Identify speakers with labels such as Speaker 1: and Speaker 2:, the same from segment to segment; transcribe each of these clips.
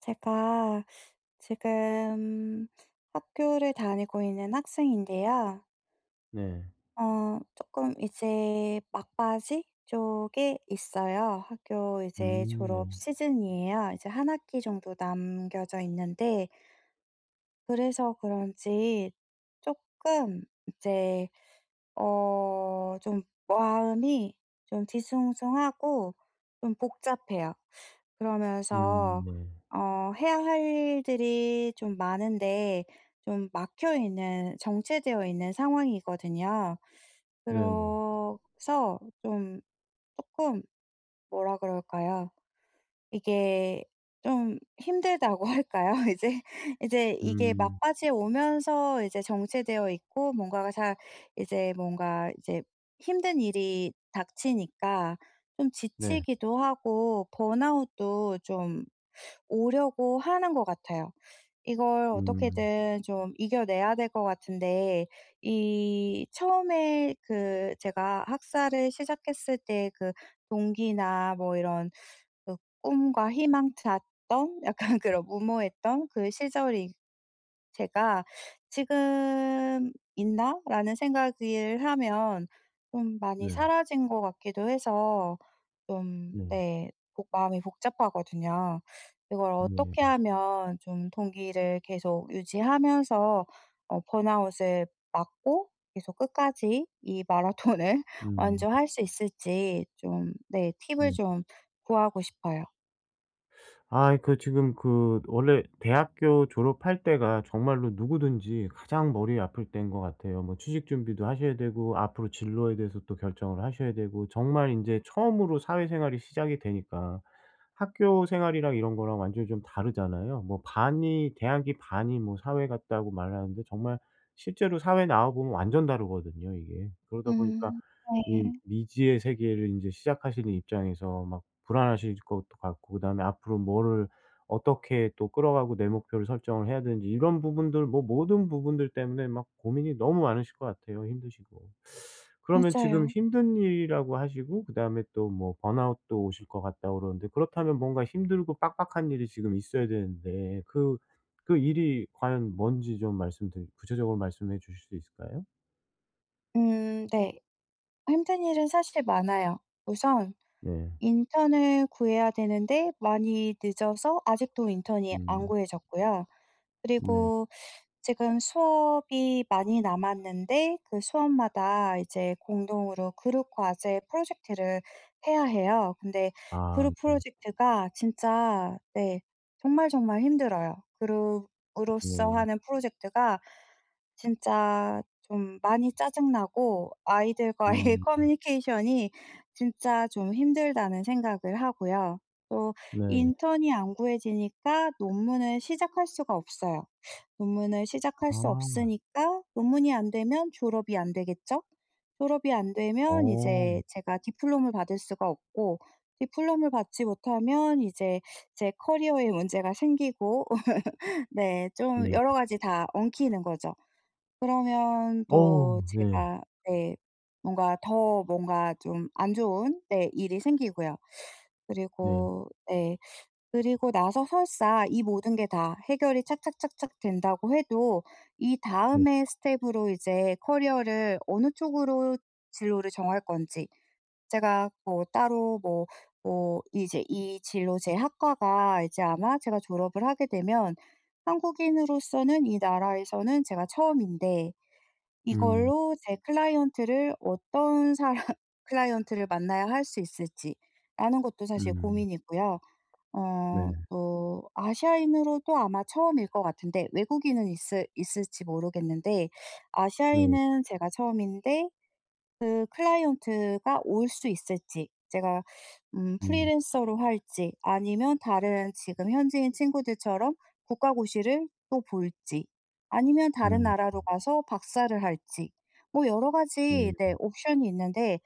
Speaker 1: 제가 지금 학교를 다니고 있는 학생인데요.
Speaker 2: 네.
Speaker 1: 조금 이제 막바지 쪽에 있어요. 학교 이제
Speaker 2: 네.
Speaker 1: 졸업 시즌이에요. 이제 한 학기 정도 남겨져 있는데 그래서 그런지 조금 이제 좀 마음이 좀 뒤숭숭하고 좀 복잡해요. 그러면서
Speaker 2: 네.
Speaker 1: 해야 할 일들이 좀 많은데 좀 막혀 있는 정체되어 있는 상황이거든요.
Speaker 2: 네네.
Speaker 1: 그래서 좀 조금 뭐라 그럴까요? 이게 좀 힘들다고 할까요? 이제 이게
Speaker 2: 음
Speaker 1: 막바지에 오면서 이제 정체되어 있고 뭔가가 잘 이제 뭔가 이제 힘든 일이 닥치니까 좀
Speaker 2: 네.
Speaker 1: 지치기도 하고 번아웃도 좀 오려고 하는 것 같아요. 이걸
Speaker 2: 음
Speaker 1: 어떻게든 좀 이겨내야 될 것 같은데 이 처음에 그 제가 학사를 시작했을 때 그 동기나 뭐 이런 그 꿈과 희망 잤던 약간 그런 무모했던 그 시절이 제가 '지금 있나?'라는 생각을 하면 좀 많이
Speaker 2: 네.
Speaker 1: 사라진 것 같기도 해서 좀
Speaker 2: 네.
Speaker 1: 네, 복 마음이 복잡하거든요. 이걸
Speaker 2: 네.
Speaker 1: 어떻게 하면 좀 동기를 계속 유지하면서 번아웃을 막고 계속 끝까지 이 마라톤을
Speaker 2: 음
Speaker 1: 완주할 수 있을지 좀 네, 팁을
Speaker 2: 네.
Speaker 1: 좀 구하고 싶어요.
Speaker 2: 아, 그 지금 그 원래 대학교 졸업할 때가 정말로 누구든지 가장 머리 아플 때인 것 같아요. 뭐 취직 준비도 하셔야 되고, 앞으로 진로에 대해서 또 결정을 하셔야 되고, 정말 이제 처음으로 사회생활이 시작이 되니까 학교 생활이랑 이런 거랑 완전히 좀 다르잖아요. 뭐 반이 대학이 반이 뭐 사회 같다고 말하는데, 정말 실제로 사회 나와 보면 완전 다르거든요 이게. 그러다 보니까
Speaker 1: 음,
Speaker 2: 이
Speaker 1: 네.
Speaker 2: 미지의 세계를 인제 시작하시는 입장에서 막 불안하실 것도 같고, 그다음에 앞으로 뭐를 어떻게 또 끌어가고 내 목표를 설정을 해야 되는지, 이런 부분들, 뭐 모든 부분들 때문에 막 고민이 너무 많으실 것 같아요, 힘드시고. 그러면 지금
Speaker 1: 맞아요.
Speaker 2: 힘든 일이라고 하시고 그다음에 또 뭐 번아웃도 오실 것 같다고 그러는데, 그렇다면 뭔가 힘들고 빡빡한 일이 지금 있어야 되는데, 그 그 일이 과연 뭔지 좀 말씀드리 구체적으로 말씀해 주실 수 있을까요?
Speaker 1: 음, 네. 힘든 일은 사실 많아요. 우선
Speaker 2: 네.
Speaker 1: 인턴을 구해야 되는데 많이 늦어서 아직도 인턴이 안
Speaker 2: 음.
Speaker 1: 구해졌고요.
Speaker 2: 네.
Speaker 1: 그리고 지금 수업이 많이 남았는데 그 수업마다 이제 공동으로 그룹 과제 프로젝트를 해야 해요. 근데
Speaker 2: 아
Speaker 1: 그룹
Speaker 2: 네.
Speaker 1: 프로젝트가 진짜 네. 정말 정말 힘들어요. 그룹으로서
Speaker 2: 네.
Speaker 1: 하는 프로젝트가 진짜 좀 많이 짜증나고
Speaker 2: 음.
Speaker 1: 아이들과의 커뮤니케이션이 진짜 좀 힘들다는 생각을 하고요. 또
Speaker 2: 네네.
Speaker 1: 인턴이 안 구해지니까 논문을 시작할 수가 없어요. 논문을 시작할 수
Speaker 2: 아.
Speaker 1: 없으니까 논문이 안 되면 졸업이 안 되겠죠? 졸업이 안 되면
Speaker 2: 어.
Speaker 1: 이제 제가 디플롬을 받을 수가 없고 디플롬을 받지 못하면 이제 제 커리어에 문제가 생기고 네, 좀
Speaker 2: 네.
Speaker 1: 여러 가지 다 엉키는 거죠. 그러면
Speaker 2: 어우
Speaker 1: 또
Speaker 2: 네.
Speaker 1: 제가 네, 뭔가 더 뭔가 좀 안 좋은 네, 일이 생기고요.
Speaker 2: 네.
Speaker 1: 그리고 네, 그리고 나서 설사 이 모든 게 다 해결이 착착착착 된다고 해도 이
Speaker 2: 네.
Speaker 1: 다음의 스텝으로 이제 커리어를 어느 쪽으로 진로를 정할 건지 제가 뭐 따로 뭐 이제 이 진로 제 학과가 이제 아마 제가 졸업을 하게 되면 한국인으로서는 이 나라에서는 제가 처음인데
Speaker 2: 음.
Speaker 1: 이걸로 제 클라이언트를 어떤 사람 클라이언트를 만나야 할 수 있을지라는 것도 사실
Speaker 2: 음.
Speaker 1: 고민이고요.
Speaker 2: 네.
Speaker 1: 어, 또 아시아인으로도 아마 처음일 것 같은데 외국인은 있을지 모르겠는데
Speaker 2: 네.
Speaker 1: 아시아인은 제가 처음인데 그 클라이언트가 올 수 있을지, 제가
Speaker 2: 음.
Speaker 1: 프리랜서로 할지 아니면 다른 지금 현지인 친구들처럼 국가고시를 또 볼지 아니면 다른
Speaker 2: 음.
Speaker 1: 나라로 가서 박사를 할지 뭐 여러 가지
Speaker 2: 네.
Speaker 1: 네, 옵션이 있는데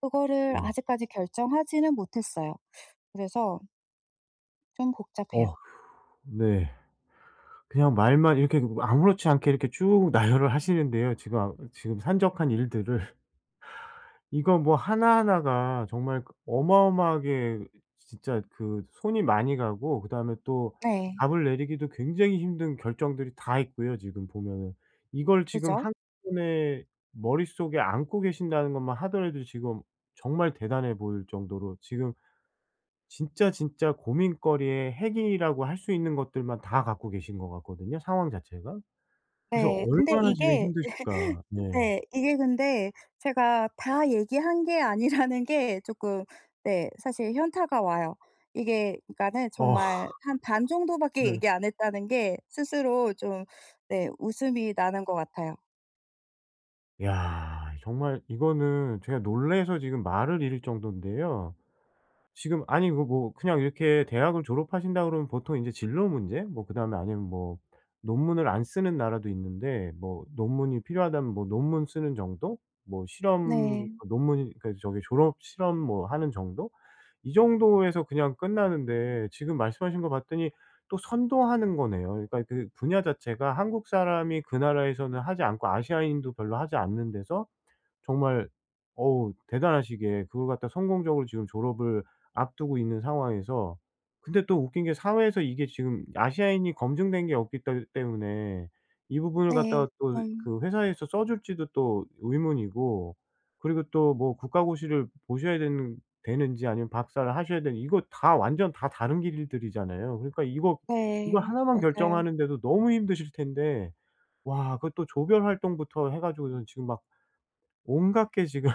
Speaker 1: 그거를
Speaker 2: 네.
Speaker 1: 아직까지 결정하지는 못했어요. 그래서 좀 복잡해요.
Speaker 2: 어 네. 그냥 말만 이렇게 아무렇지 않게 이렇게 쭉 나열을 하시는데요. 지금, 아 지금 산적한 일들을, 이거 뭐 하나하나가 정말 그 어마어마하게, 진짜 그 손이 많이 가고, 그다음에 또
Speaker 1: 네.
Speaker 2: 답을 내리기도 굉장히 힘든 결정들이 다 있고요 지금 보면은. 이걸 지금
Speaker 1: 그죠?
Speaker 2: 한꺼번에 머릿속에 안고 계신다는 것만 하더라도 지금 정말 대단해 보일 정도로, 지금 진짜, 진짜 고민거리의 핵이라고 할 수 있는 것들만 다 갖고 계신 것 같거든요 상황 자체가. 그래서
Speaker 1: 네. 근데
Speaker 2: 얼마나 지금
Speaker 1: 이게
Speaker 2: 힘드실까. 네.
Speaker 1: 네. 이게 근데 제가 다 얘기한 게 아니라는 게 조금 네, 사실 현타가 와요. 이게 그러니까는
Speaker 2: 어
Speaker 1: 정말 한 반 정도밖에
Speaker 2: 네.
Speaker 1: 얘기 안 했다는 게 스스로 좀 네, 웃음이 나는 것 같아요.
Speaker 2: 야 정말 이거는 제가 놀래서 지금 말을 잃을 정도인데요. 지금 아니, 그 뭐 그냥 이렇게 대학을 졸업하신다 그러면 보통 인제 진로 문제, 뭐 그다음에, 아니면 뭐 논문을 안 쓰는 나라도 있는데 뭐 논문이 필요하다면 뭐 논문 쓰는 정도? 뭐 실험,
Speaker 1: 네.
Speaker 2: 그 논문이, 그러니까 저기 졸업 실험 뭐 하는 정도? 이 정도에서 그냥 끝나는데 지금 말씀하신 거 봤더니 또 선도하는 거네요. 그러니까 그 분야 자체가 한국 사람이 그 나라에서는 하지 않고 아시아인도 별로 하지 않는 데서, 정말 어우 대단하시게 그걸 갖다 성공적으로 지금 졸업을 앞두고 있는 상황에서, 근데 또 웃긴 게 사회에서 이게 지금 아시아인이 검증된 게 없기 떠 때문에 이 부분을 갖다가
Speaker 1: 네.
Speaker 2: 또
Speaker 1: 좀
Speaker 2: 그 회사에서 써 줄지도 또 의문이고, 그리고 또 뭐 국가고시를 보셔야 되는지 아니면 박사를 하셔야 되는, 이거 다 완전 다 다른 길들이잖아요. 그러니까 이거
Speaker 1: 네.
Speaker 2: 하나만
Speaker 1: 맞아요.
Speaker 2: 결정하는데도 너무 힘드실 텐데 와, 그것도 조별 활동부터 해가지고 지금 막 온갖 게 지금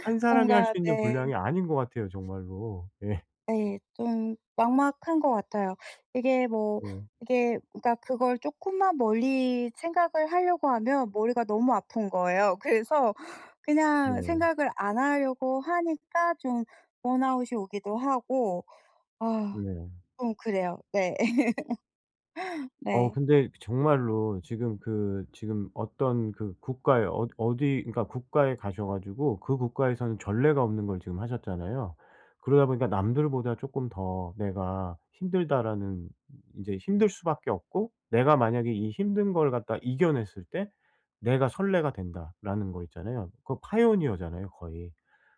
Speaker 2: 한 사람이 할
Speaker 1: 뭔가
Speaker 2: 수 있는
Speaker 1: 네.
Speaker 2: 분량이 아닌 것 같아요 정말로. 예.
Speaker 1: 네. 좀 막막한 것 같아요. 이게 뭐
Speaker 2: 예.
Speaker 1: 이게 그러니까 그걸 조금만 멀리 생각을 하려고 하면 머리가 너무 아픈 거예요. 그래서 그냥
Speaker 2: 네.
Speaker 1: 생각을 안 하려고 하니까 좀 번아웃이 오기도 하고 아,
Speaker 2: 네.
Speaker 1: 좀 그래요. 네.
Speaker 2: 어
Speaker 1: 네.
Speaker 2: 근데 정말로 지금 그 지금 어떤 그 국가에, 어디, 그러니까 국가에 가셔 가지고 그 국가에서는 전례가 없는 걸 지금 하셨잖아요. 그러다 보니까 남들보다 쪼끔 더 '내가 힘들다.'라는, 인제 힘들 수밖에 없고, '내가 만약에 이 힘든 걸 갖다 이겨냈을 때 내가 선례가 된다.'라는 거 있잖아요. 그거 파오니어잖아요 거의.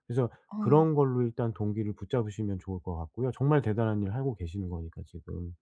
Speaker 2: 그래서 그런
Speaker 1: 어.
Speaker 2: 걸로 일단 동기를 붙잡으시면 좋을 것 같고요. 정말 대단한 일을 하고 계시는 거니까 지금.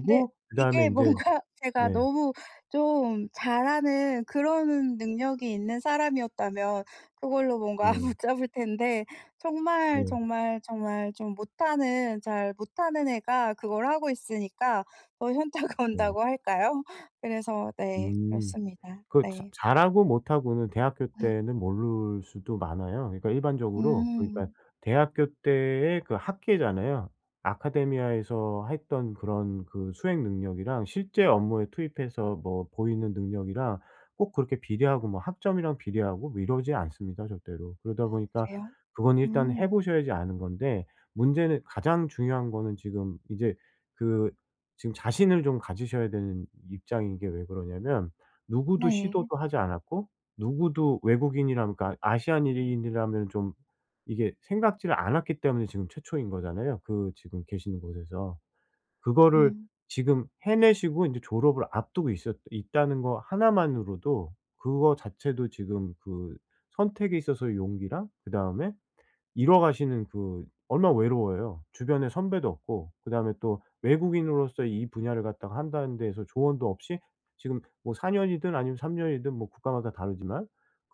Speaker 1: 근데
Speaker 2: 그다음에
Speaker 1: 이게 뭔가
Speaker 2: 인제,
Speaker 1: 제가
Speaker 2: 네.
Speaker 1: 너무 좀 잘하는 그런 능력이 있는 사람이었다면 그걸로 뭔가
Speaker 2: 네.
Speaker 1: 붙잡을 텐데 정말,
Speaker 2: 네.
Speaker 1: 정말, 정말 좀 못하는 잘 못하는 애가 그걸 하고 있으니까 더 현타가
Speaker 2: 네.
Speaker 1: 온다고 할까요? 그래서 네,
Speaker 2: 음.
Speaker 1: 그렇습니다.
Speaker 2: 그 자
Speaker 1: 네.
Speaker 2: 잘하고 못하고는 대학교 때는 모를 수도 많아요. 그러니까 일반적으로, 그러니까
Speaker 1: 음,
Speaker 2: 대학교 때의 그 학계잖아요. 아카데미아에서 했던 그런 그 수행 능력이랑 실제 업무에 투입해서 뭐 보이는 능력이랑 꼭 그렇게 비례하고 뭐 학점이랑 비례하고 뭐 이러지 않습니다 절대로. 그러다 보니까
Speaker 1: 그래요?
Speaker 2: 그건 일단 해
Speaker 1: 음.
Speaker 2: 보셔야지 아는 건데, 문제는 가장 중요한 거는 지금 이제 그, 지금 자신을 좀 가지셔야 되는 입장인 게, 왜 그러냐면 누구도
Speaker 1: 네.
Speaker 2: 시도도 하지 않았고 누구도 외국인이라면, 그러니까 아시아인이라면 좀 이게 생각지를 않았기 때문에 지금 최초인 거잖아요, 그 지금 계시는 곳에서. 그거를
Speaker 1: 음.
Speaker 2: 지금 해내시고 인제 졸업을 앞두고 있었 있다는 거 하나만으로도, 그거 자체도 지금 그 선택에 있어서의 용기랑, 그다음에 잃어가시는 그, 얼마나 외로워요. 주변에 선배도 없고 그다음에 또 외국인으로서 이 분야를 갖다가 한다는 데에서 조언도 없이 지금 뭐 4 년이든 아니면 3 년이든 뭐 국가마다 다르지만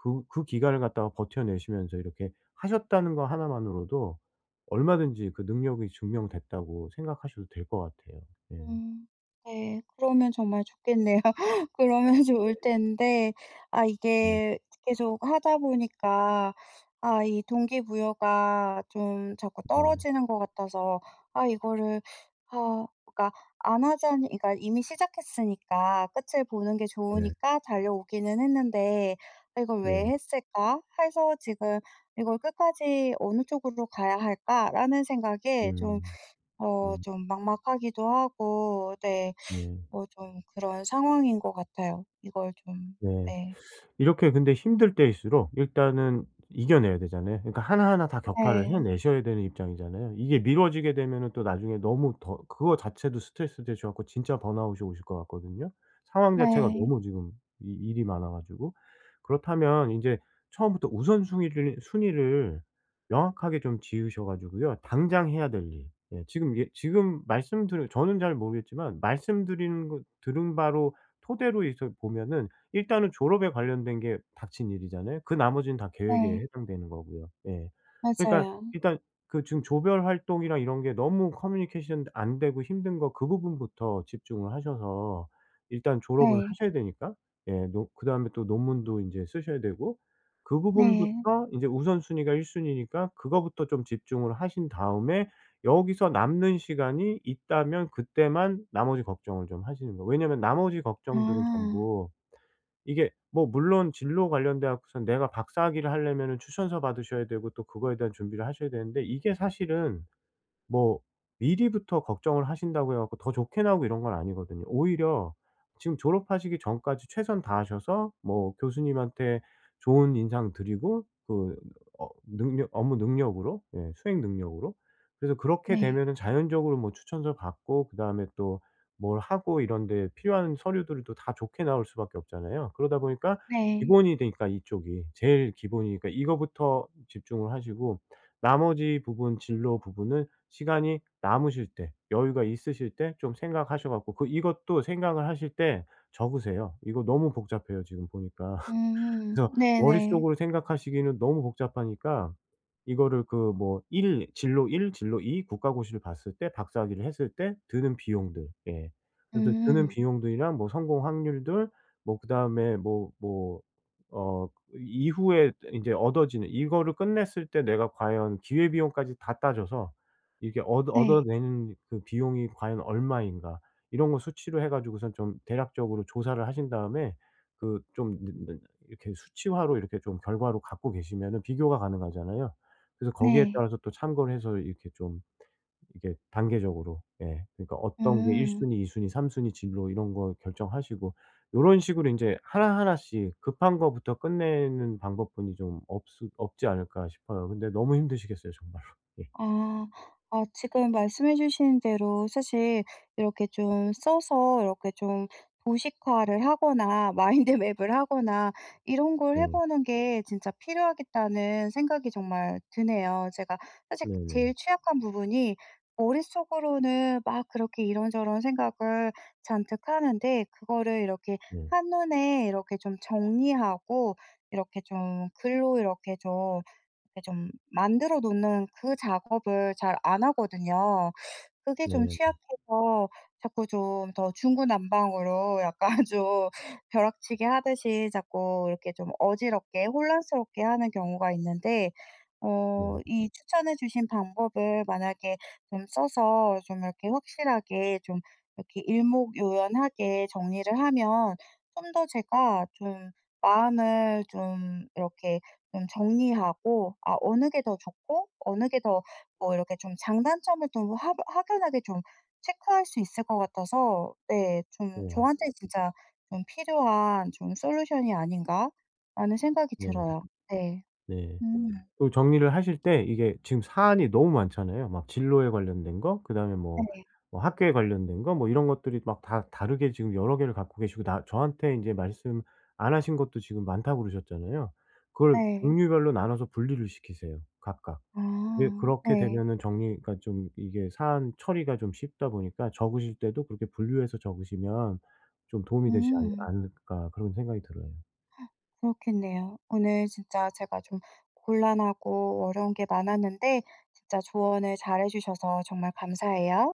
Speaker 2: 그 그 기간을 갖다가 버텨내시면서 이렇게 하셨다는 거 하나만으로도 얼마든지 그 능력이 증명됐다고 생각하셔도 될 것 같아요. 예.
Speaker 1: 음. 네. 그러면 정말 좋겠네요. 그러면 좋을 텐데 아,
Speaker 2: 네.
Speaker 1: 이게 계속 하다 보니까 아, 이 동기부여가 좀 자꾸
Speaker 2: 네.
Speaker 1: 떨어지는 것 같아서 아, 이거를 아, 그러니까 안 하자니 그러니까 이미 시작했으니까 끝을 보는 게
Speaker 2: 네.
Speaker 1: 좋으니까 달려오기는 했는데 '아 이걸 왜
Speaker 2: 네.
Speaker 1: 했을까?' 해서 지금 '이걸 끝까지 어느 쪽으로 가야 할까?'라는 생각에 좀
Speaker 2: 음. 음.
Speaker 1: 좀 막막하기도 하고 네.
Speaker 2: 네.
Speaker 1: 뭐 좀 그런 상황인 것 같아요. 이걸 좀
Speaker 2: 네.
Speaker 1: 네.
Speaker 2: 이렇게 근데 힘들 때일수록 일단은 이겨내야 되잖아요. 그러니까 하나하나 다 격파를
Speaker 1: 네.
Speaker 2: 해내셔야 되는 입장이잖아요. 이게 미뤄지게 되면은 또 나중에 너무 더 그거 자체도 스트레스 되셔 갖고 진짜 번아웃이 오실 것 같거든요. 상황 자체가
Speaker 1: 네.
Speaker 2: 너무 지금 이 일이 많아 가지고. 그렇다면 인제 처음부터 우선순위를 순위를 명확하게 좀 지으셔 가지고요. 당장 해야 될 일. 예 지금, 예 지금 말씀드려, 저는 잘 모르겠지만 말씀드리는 거 들은 바로, 토대로 해서 보면은 일단은 졸업에 관련된 게 닥친 일이잖아요. 그 나머지는 다 계획에
Speaker 1: 네.
Speaker 2: 해당되는 거고요. 예. 그러니까
Speaker 1: 맞아요.
Speaker 2: 일단 그 지금 조별 활동이랑 이런 게 너무 커뮤니케이션 안 되고 힘든 거, 그 부분부터 집중을 하셔서 일단 졸업을
Speaker 1: 네.
Speaker 2: 하셔야 되니까. 예, 노, 그다음에 또 논문도 이제 쓰셔야 되고, 그
Speaker 1: 네.
Speaker 2: 부분부터 이제 우선순위가 1 순위니까 그거부터 좀 집중을 하신 다음에 여기서 남는 시간이 있다면 그때만 나머지 걱정을 좀 하시는 거예요. 왜냐하면 나머지 걱정들은
Speaker 1: 아.
Speaker 2: 전부 이게, 뭐 물론 진로 관련돼 갖고선 내가 박사학위를 하려면은 추천서 받으셔야 되고 또 그거에 대한 준비를 하셔야 되는데, 이게 사실은 뭐 미리부터 걱정을 하신다고 해 갖고 더 좋게 나오고 이런 건 아니거든요. 오히려 지금 졸업하시기 전까지 최선 다하셔서 뭐 교수님한테 좋은 인상 드리고, 그 능력, 업무 능력으로, 예 수행 능력으로, 그래서 그렇게
Speaker 1: 네.
Speaker 2: 되면은 자연적으로 뭐 추천서 받고, 그다음에 또 뭘 하고 이런 데 필요한 서류들도또다 좋게 나올 수밖에 없잖아요. 그러다 보니까
Speaker 1: 네.
Speaker 2: 기본이 되니까 이쪽이. 제일 기본이니까 이거부터 집중을 하시고, 나머지 부분 진로 부분은 시간이 남으실 때, 여유가 있으실 때 좀 생각하셔 갖고, 그 이것도 생각을 하실 때 적으세요. 이거 너무 복잡해요 지금 보니까.
Speaker 1: 음.
Speaker 2: 그래서
Speaker 1: 네네.
Speaker 2: 머릿속으로 생각하시기는 너무 복잡하니까 이거를, 그 뭐 일 진로 1, 진로 2, 국가고시를 봤을 때, 박사학위를 했을 때 드는 비용들, 예. 그래서 드는
Speaker 1: 음.
Speaker 2: 비용들이랑 뭐 성공 확률들, 뭐 그다음에 뭐 어 이후에 인제 얻어지는, 이거를 끝냈을 때 내가 과연 기회 비용까지 다 따져서 이게 얻어
Speaker 1: 네.
Speaker 2: 얻어내는 그 비용이 과연 얼마인가, 이런 거 수치로 해 가지고선 좀 대략적으로 조사를 하신 다음에 그좀느느 이렇게 수치화로, 이렇게 좀 결과로 갖고 계시면은 비교가 가능하잖아요. 그래서 거기에
Speaker 1: 네.
Speaker 2: 따라서 또 참고를 해서 이렇게 좀 이게 단계적으로, 예 그러니까 어떤 게 1
Speaker 1: 음.
Speaker 2: 순위, 2 순위, 3 순위 진로 이런 거 결정하시고, 요런 식으로 인제 하나하나씩 급한 거부터 끝내는 방법뿐이 좀 없으 없지 않을까 싶어요. 근데 너무 힘드시겠어요 정말로. 예.
Speaker 1: 아. 아 지금 말씀해 주신 대로 사실 이렇게 좀 써서 이렇게 좀 도식화를 하거나 마인드 맵을 하거나 이런 걸 해
Speaker 2: 네.
Speaker 1: 보는 게 진짜 필요하겠다는 생각이 정말 드네요. 제가 사실
Speaker 2: 네네.
Speaker 1: 제일 취약한 부분이 머릿속으로는 막 그렇게 이런저런 생각을 잔뜩 하는데 그거를 이렇게
Speaker 2: 네.
Speaker 1: 한눈에 이렇게 좀 정리하고 이렇게 좀 글로 이렇게 좀 이렇게 좀 만들어 놓는 그 작업을 잘 안 하거든요. 그게 좀
Speaker 2: 네.
Speaker 1: 취약해서 자꾸 좀 더 중구난방으로 약간 좀 벼락치기 하듯이 자꾸 이렇게 좀 어지럽게 혼란스럽게 하는 경우가 있는데 어
Speaker 2: 네.
Speaker 1: 이 추천해 주신 방법을 만약에 좀 써서 좀 이렇게 확실하게 좀 이렇게 일목요연하게 정리를 하면 좀 더 제가 좀 마음을 좀 이렇게 좀 정리하고 아, 어느 게 더 좋고 어느 게 더 뭐 이렇게 좀 장단점을 좀 하 확연하게 좀 체크할 수 있을 것 같아서 네, 좀
Speaker 2: 네.
Speaker 1: 저한테 진짜 좀 필요한 좀 솔루션이 아닌가라는 생각이
Speaker 2: 네.
Speaker 1: 들어요. 네.
Speaker 2: 네.
Speaker 1: 음,
Speaker 2: 그 정리를 하실 때 이게 지금 사안이 너무 많잖아요. 막 진로에 관련된 거, 그다음에 뭐
Speaker 1: 네.
Speaker 2: 학교에 관련된 거 뭐 이런 것들이 막 다 다르게 지금 여러 개를 갖고 계시고, 나 저한테 이제 말씀 안 하신 것도 지금 많다고 그러셨잖아요. 그걸
Speaker 1: 네.
Speaker 2: 종류별로 나눠서 분리를 시키세요 각각. 왜
Speaker 1: 아,
Speaker 2: 그렇게
Speaker 1: 네.
Speaker 2: 되면은 정리가 좀, 이게 사안 처리가 좀 쉽다 보니까 적으실 때도 그렇게 분류해서 적으시면 좀 도움이 되지 않
Speaker 1: 음,
Speaker 2: 않을까 그런 생각이 들어요.
Speaker 1: 그렇겠네요. 오늘 진짜 제가 좀 곤란하고 어려운 게 많았는데 진짜 조언을 잘해 주셔서 정말 감사해요.